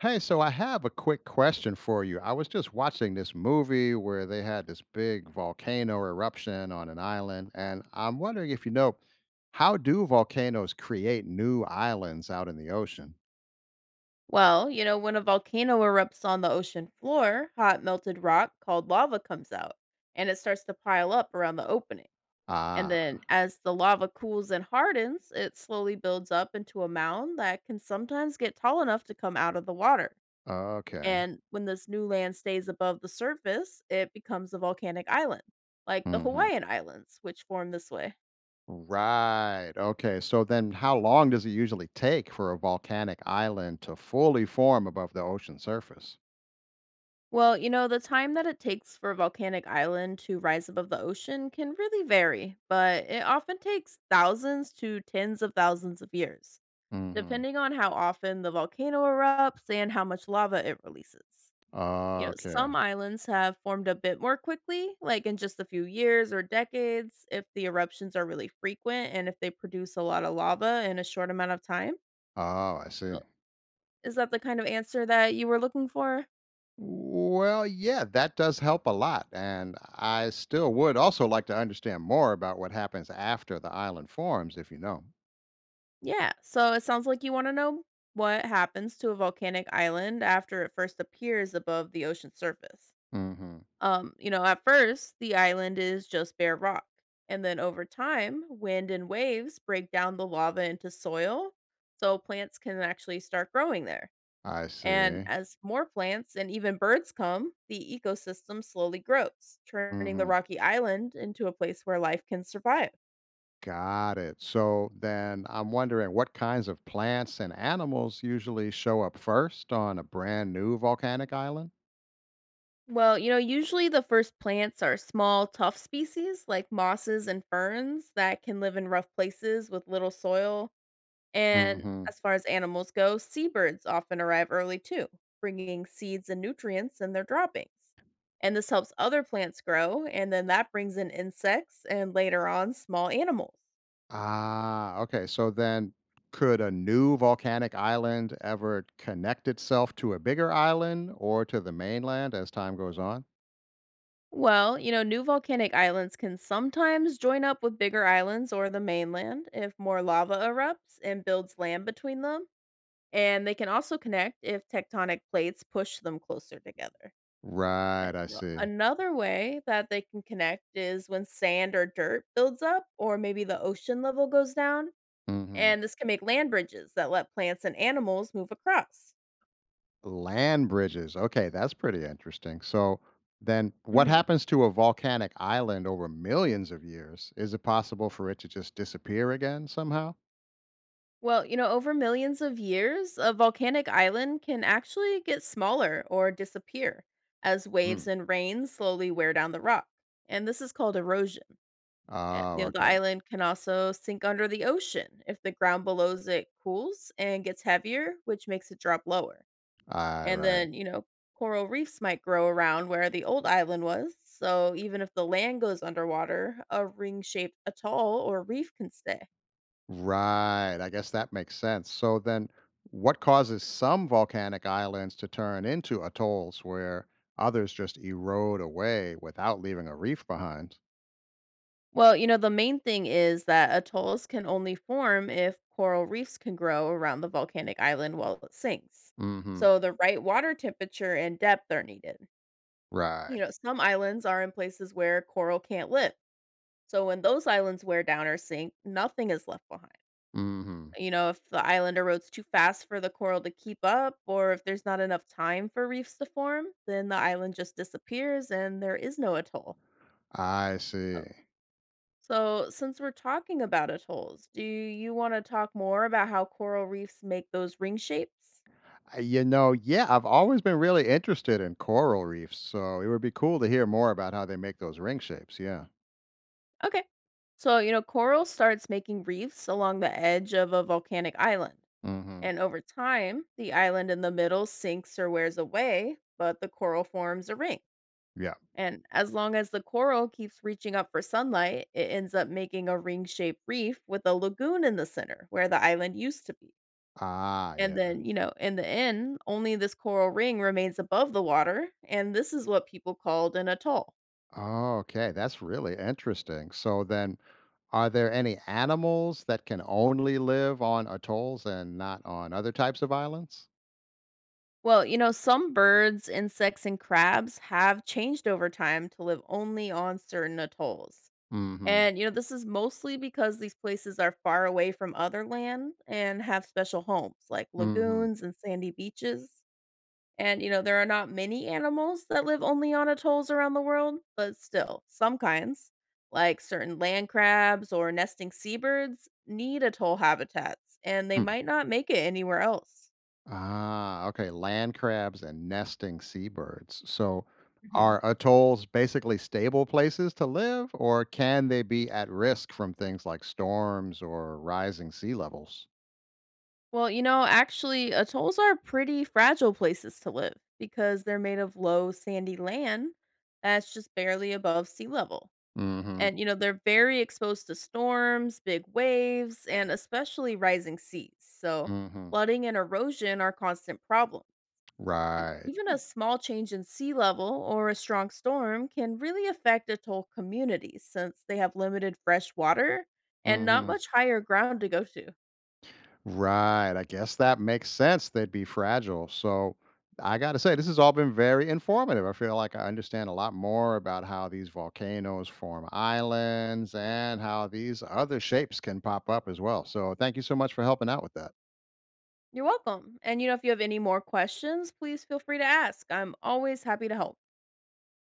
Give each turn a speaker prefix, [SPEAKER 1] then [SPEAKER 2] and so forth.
[SPEAKER 1] Hey, so I have a quick question for you. I was just watching this movie where they had this big volcano eruption on an island, and I'm wondering if you know, how do volcanoes create new islands out in the ocean?
[SPEAKER 2] Well, you know, when a volcano erupts on the ocean floor, hot melted rock called lava comes out and it starts to pile up around the opening. And
[SPEAKER 1] Ah,
[SPEAKER 2] then as the lava cools and hardens, it slowly builds up into a mound that can sometimes get tall enough to come out of the water.
[SPEAKER 1] okay.
[SPEAKER 2] And when this new land stays above the surface, it becomes a volcanic island, like the
[SPEAKER 1] Hmm.
[SPEAKER 2] Hawaiian Islands, which form this way.
[SPEAKER 1] Right. Okay. So then how long does it usually take for a volcanic island to fully form above the ocean surface?
[SPEAKER 2] Well, you know, the time that it takes for a volcanic island to rise above the ocean can really vary, but it often takes thousands to tens of thousands of years,
[SPEAKER 1] Hmm.
[SPEAKER 2] depending on how often the volcano erupts and how much lava it releases. You know,
[SPEAKER 1] Okay.
[SPEAKER 2] some islands have formed a bit more quickly, like in just a few years or decades, if the eruptions are really frequent and if they produce a lot of lava in a short amount of time.
[SPEAKER 1] Oh, I see.
[SPEAKER 2] Uh, Is that the kind of answer that you were looking for?
[SPEAKER 1] Well, yeah, that does help a lot. And I still would also like to understand more about what happens after the island forms, if you know.
[SPEAKER 2] Yeah, so it sounds like you want to know what happens to a volcanic island after it first appears above the ocean surface.
[SPEAKER 1] Hmm.
[SPEAKER 2] You know, at first, the island is just bare rock. And then over time, wind and waves break down the lava into soil, so plants can actually start growing there.
[SPEAKER 1] I
[SPEAKER 2] And
[SPEAKER 1] see.
[SPEAKER 2] as more plants and even birds come, the ecosystem slowly grows, turning the
[SPEAKER 1] Hmm.
[SPEAKER 2] rocky island into a place where life can survive.
[SPEAKER 1] Got it. So then I'm wondering what kinds of plants and animals usually show up first on a brand new volcanic island?
[SPEAKER 2] Well, you know, usually the first plants are small, tough species like mosses and ferns that can live in rough places with little soil. And
[SPEAKER 1] Hmm.
[SPEAKER 2] as far as animals go, seabirds often arrive early too, bringing seeds and nutrients in their droppings. And this helps other plants grow, and then that brings in insects and later on small animals.
[SPEAKER 1] Ah, okay. So then could a new volcanic island ever connect itself to a bigger island or to the mainland as time goes on?
[SPEAKER 2] Well, you know, new volcanic islands can sometimes join up with bigger islands or the mainland if more lava erupts and builds land between them. And they can also connect if tectonic plates push them closer together. And
[SPEAKER 1] Right, I
[SPEAKER 2] a-
[SPEAKER 1] see.
[SPEAKER 2] another way that they can connect is when sand or dirt builds up, or maybe the ocean level goes down.
[SPEAKER 1] Mhm.
[SPEAKER 2] And this can make land bridges that let plants and animals move across.
[SPEAKER 1] Land bridges. Okay, that's pretty interesting. So then what
[SPEAKER 2] Mhm.
[SPEAKER 1] happens to a volcanic island over millions of years? Is it possible for it to just disappear again somehow?
[SPEAKER 2] Well, you know, over millions of years, a volcanic island can actually get smaller or disappear as
[SPEAKER 1] Hmm.
[SPEAKER 2] waves and rain slowly wear down the rock. And this is called erosion. And,
[SPEAKER 1] Oh,
[SPEAKER 2] you know, the
[SPEAKER 1] okay.
[SPEAKER 2] island can also sink under the ocean if the ground below it cools and gets heavier, which makes it drop lower.
[SPEAKER 1] All right,
[SPEAKER 2] And
[SPEAKER 1] right.
[SPEAKER 2] then, you know, coral reefs might grow around where the old island was. So even if the land goes underwater, a ring shaped atoll or reef can stay.
[SPEAKER 1] Right. I guess that makes sense. So then what causes some volcanic islands to turn into atolls where others just erode away without leaving a reef behind?
[SPEAKER 2] Well, you know, the main thing is that atolls can only form if coral reefs can grow around the volcanic island while it sinks.
[SPEAKER 1] Mhm.
[SPEAKER 2] So the right water temperature and depth are needed. You
[SPEAKER 1] Right.
[SPEAKER 2] know, some islands are in places where coral can't live. So when those islands wear down or sink, nothing is left behind.
[SPEAKER 1] Mhm.
[SPEAKER 2] You know, if the island erodes too fast for the coral to keep up, or if there's not enough time for reefs to form, then the island just disappears and there is no atoll.
[SPEAKER 1] I
[SPEAKER 2] Oh.
[SPEAKER 1] see.
[SPEAKER 2] So, since we're talking about atolls, do you want to talk more about how coral reefs make those ring shapes?
[SPEAKER 1] You know, yeah, I've always been really interested in coral reefs, so it would be cool to hear more about how they make those ring shapes. Yeah.
[SPEAKER 2] Okay. So, you know, coral starts making reefs along the edge of a volcanic island.
[SPEAKER 1] Hmm.
[SPEAKER 2] And over time, the island in the middle sinks or wears away, but the coral forms a ring.
[SPEAKER 1] Yeah.
[SPEAKER 2] And as long as the coral keeps reaching up for sunlight, it ends up making a ring shaped reef with a lagoon in the center where the island used to be.
[SPEAKER 1] Ah,
[SPEAKER 2] And
[SPEAKER 1] yeah.
[SPEAKER 2] then, you know, in the end, only this coral ring remains above the water. And this is what people called an atoll.
[SPEAKER 1] Oh, okay. That's really interesting. So then, are there any animals that can only live on atolls and not on other types of islands?
[SPEAKER 2] Well, you know, some birds, insects, and crabs have changed over time to live only on certain atolls.
[SPEAKER 1] Mm-hmm.
[SPEAKER 2] And, you know, this is mostly because these places are far away from other land and have special homes like
[SPEAKER 1] Mm-hmm.
[SPEAKER 2] lagoons and sandy beaches. And, you know, there are not many animals that live only on atolls around the world, but still, some kinds, like certain land crabs or nesting seabirds, need atoll habitats and they might not make it anywhere else.
[SPEAKER 1] Ah, okay. Land crabs and nesting seabirds. So, are
[SPEAKER 2] Mhm.
[SPEAKER 1] atolls basically stable places to live, or can they be at risk from things like storms or rising sea levels?
[SPEAKER 2] Well, you know, actually, atolls are pretty fragile places to live because they're made of low, sandy land that's just barely above sea level.
[SPEAKER 1] Mm-hmm.
[SPEAKER 2] And, you know, they're very exposed to storms, big waves, and especially rising seas. So,
[SPEAKER 1] Mm-hmm.
[SPEAKER 2] flooding and erosion are constant problems. And
[SPEAKER 1] Right.
[SPEAKER 2] even a small change in sea level or a strong storm can really affect atoll communities since they have limited fresh water and not much higher ground to go to.
[SPEAKER 1] Right. I guess that makes sense. They'd be fragile. So I got to say, this has all been very informative. I feel like I understand a lot more about how these volcanoes form islands and how these other shapes can pop up as well. So thank you so much for helping out with that.
[SPEAKER 2] You're welcome. And you know, if you have any more questions, please feel free to ask. I'm always happy to help.